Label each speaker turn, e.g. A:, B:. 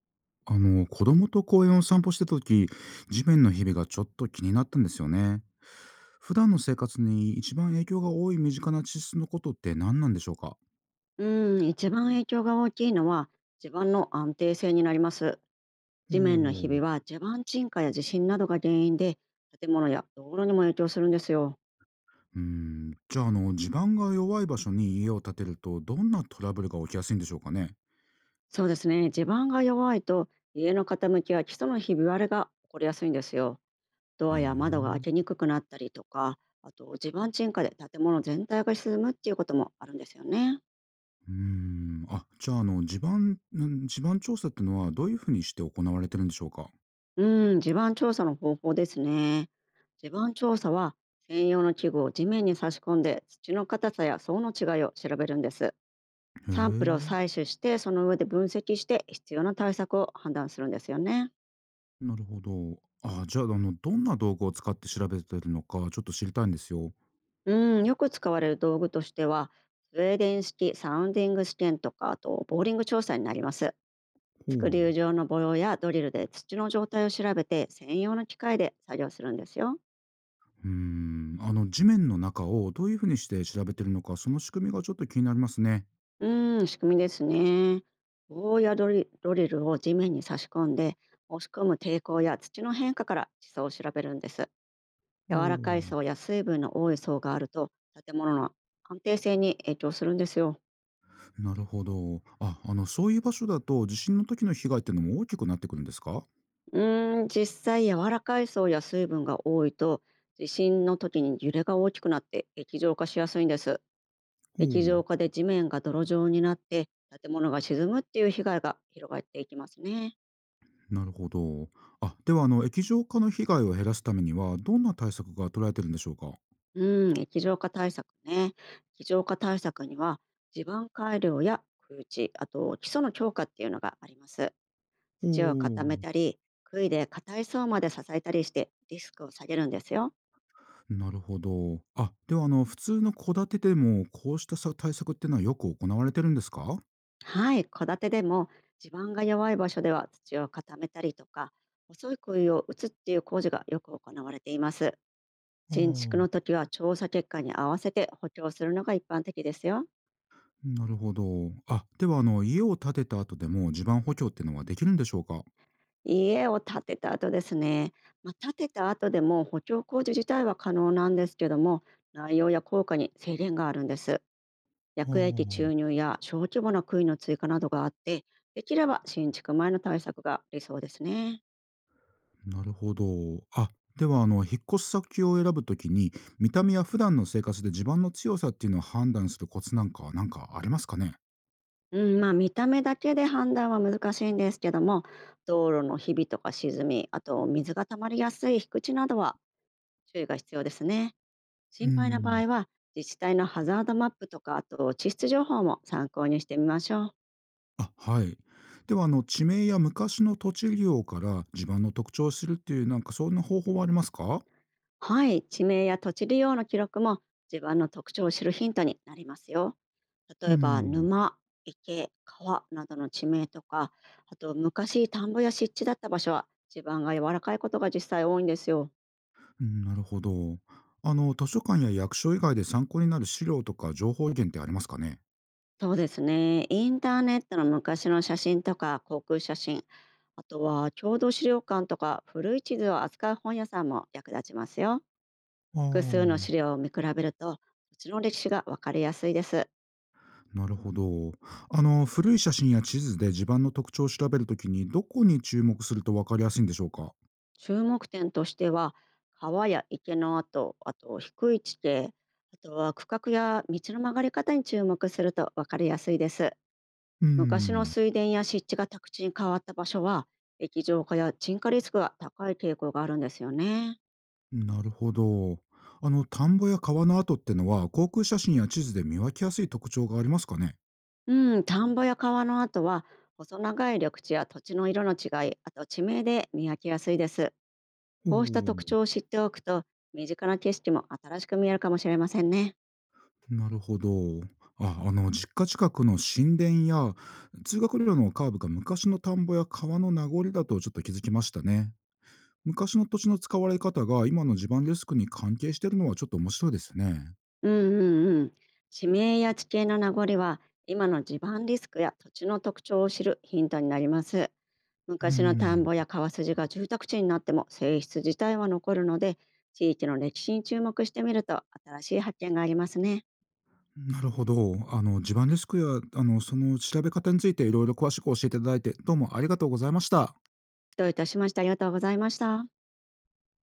A: 子供と公園を散歩してた時、地面の日々がちょっと気になったんですよね。普段の生活に一番影響が多い身近な地質のことって何なんでしょうか？
B: うん、一番影響が大きいのは地盤の安定性になります。
A: お
B: 地面のひ
A: お、
B: び
A: う
B: は地盤沈下や地震などが原因で、建物や道路にも影響するんですよ。
A: ーん、じゃあ地盤が弱い場所に家を建てるとどんなトラブルが起きやすいんでしょうかね？
B: そうですね、地盤が弱いと家の傾きや基礎のひび割れが起こりやすいんですよ。ド
A: へ
B: アや窓が開
A: え。
B: けにくくなったりとか、あと地盤沈下で建物全体が沈むっていうこともあるんですよね。
A: うーん、あ、じゃあ地盤調査ってのはどういうふうにして行われてるんでしょうか？
B: うん、地盤調査の方法ですね。地盤調査は、専用の器具を地面に差し込んで土の硬さや層の違いを調べるんです。
A: へ
B: サンプルを
A: え。
B: 採取して、その上で分析して必要な対策を判断するんですよね。
A: なるほど、あ、じゃあどんな道具を使って調べてるのかちょっと知りたいんですよ。
B: うん、よく使われる道具としては、スウェーデン式サウンディング試験とか、あとボーリング調査になります。
A: ほ
B: スクリュ
A: う。
B: ー状の模様やドリルで土の状態を調べて、専用の機械で作業するんですよ。
A: うーん、あの地面の中をどういうふうにして調べてるのか、その仕組みがちょっと気になりますね。
B: うーん、仕組みですね。棒やドリルを地面に差し込んで、押し込む抵抗や土の変化から地層を調べるんです。
A: お
B: 柔らかい
A: お。
B: 層や水分の多い層があると、建物の安定性に影響するんですよ。
A: なるほど。あ、あのそういう場所だと地震の時の被害っていうのも大きくなってくるんですか？ほ
B: うーん、実際柔らかい層や水分が多いと、地震の時に揺れが大きくなって液状化しやすいんです。
A: う。
B: 液状化で地面が泥状になって、建物が沈むっていう被害が広がっていきますね。
A: なるほど。あ、では液状化の被害を減らすためにはどんな対策が取られてるんでしょうか？
B: うん、液状化対策ね。液状化対策には、地盤改良や空地、あと基礎の強化っていうのがあります。
A: お
B: 土を
A: お。
B: 固めたり、杭で硬い層まで支えたりしてリスクを下げるんですよ。
A: なるほど。あ、では普通の戸建てでもこうしたさ対策っていうのはよく行われてるんですか？
B: はい、戸建てでも地盤が弱い場所では土を固めたりとか、細い杭を打つっていう工事がよく行われています。
A: あ
B: 新築の
A: あ。
B: 時は調査結果に合わせて補強するのが一般的ですよ。
A: なるほど。あ、では家を建てた後でも地盤補強っていうのはできるんでしょうか？
B: 家を建てた後ですね、まあ、建てた後でも補強工事自体は可能なんですけども、内容や効果に制限があるんです。
A: あ
B: 薬液
A: あ、
B: 注入や小規模な杭の追加などがあって、できれば新築前の対策が理想ですね。
A: なるほど。あ、では引っ越し先を選ぶときに、見た目や普段の生活で地盤の強さっていうのを判断するコツなんかはなんかありますかね？
B: うん、まあ、見た目だけで判断は難しいんですけども、道路のひびとか沈み、あと水が溜まりやすい低地などは注意が必要ですね。
A: うー
B: 心配な場
A: ん。
B: 合は、自治体のハザードマップとか、あと地質情報も参考にしてみましょう。
A: あ、はい。では地名や昔の土地利用から地盤の特徴を知るっていうなんかそんな方法はありますか？
B: はい、地名や土地利用の記録も自分の特徴を知るヒントになりますよ。
A: う
B: 例えば
A: ん、
B: 沼、池、川などの地名とか、あと昔田んぼや湿地だった場所は、地盤が柔らかいことが実際多いんですよ。
A: うん、なるほど。あの図書館や役所以外で参考になる資料とか情報源ってありますかね？
B: そうですね。インターネットの昔の写真とか航空写真、あとは郷土資料館とか古い地図を扱う本屋さんも役立ちますよ。
A: あ
B: 複数の資
A: あ、
B: 料を見比べると、土地の歴史がわかりやすいです。
A: なるほど。あの、古い写真や地図で地盤の特徴を調べるときに、どこに注目するとわかりやすいんでしょうか？
B: 注目点としては、川や池の跡、あと低い地形、あとは区画や道の曲がり方に注目すると分かりやすいです。
A: うー
B: 昔の
A: ん、
B: 水田や湿地が宅地に変わった場所は、液状化や沈下リスクが高い傾向があるんですよね。
A: なるほど。あの、田んぼや川の跡ってのは、航空写真や地図で見分けやすい特徴がありますかね？
B: うん、田んぼや川の跡は、細長い緑地や土地の色の違い、あと地名で見分けやすいです。
A: お
B: こうした
A: お、
B: 特徴を知っておくと、身近な景色も新しく見えるかもしれませんね。
A: なるほど。あ、あの、実家近くの神殿や通学路のカーブが昔の田んぼや川の名残だとちょっと気づきましたね。昔の土地の使われ方が今の地盤リスクに関係してるのはちょっと面白いですね。
B: うんうんうん。地名や地形の名残は今の地盤リスクや土地の特徴を知るヒントになります。
A: うー
B: 昔の田んぼ
A: ん、
B: や川筋が住宅地になっても性質自体は残るので、地域の歴史に注目してみると新しい発見がありますね。
A: なるほど。あの、地盤デスクや、あの、その調べ方についていろいろ詳しく教えていただいて、どうもありがとうございました。
B: どういたしまして、ありがとうございました。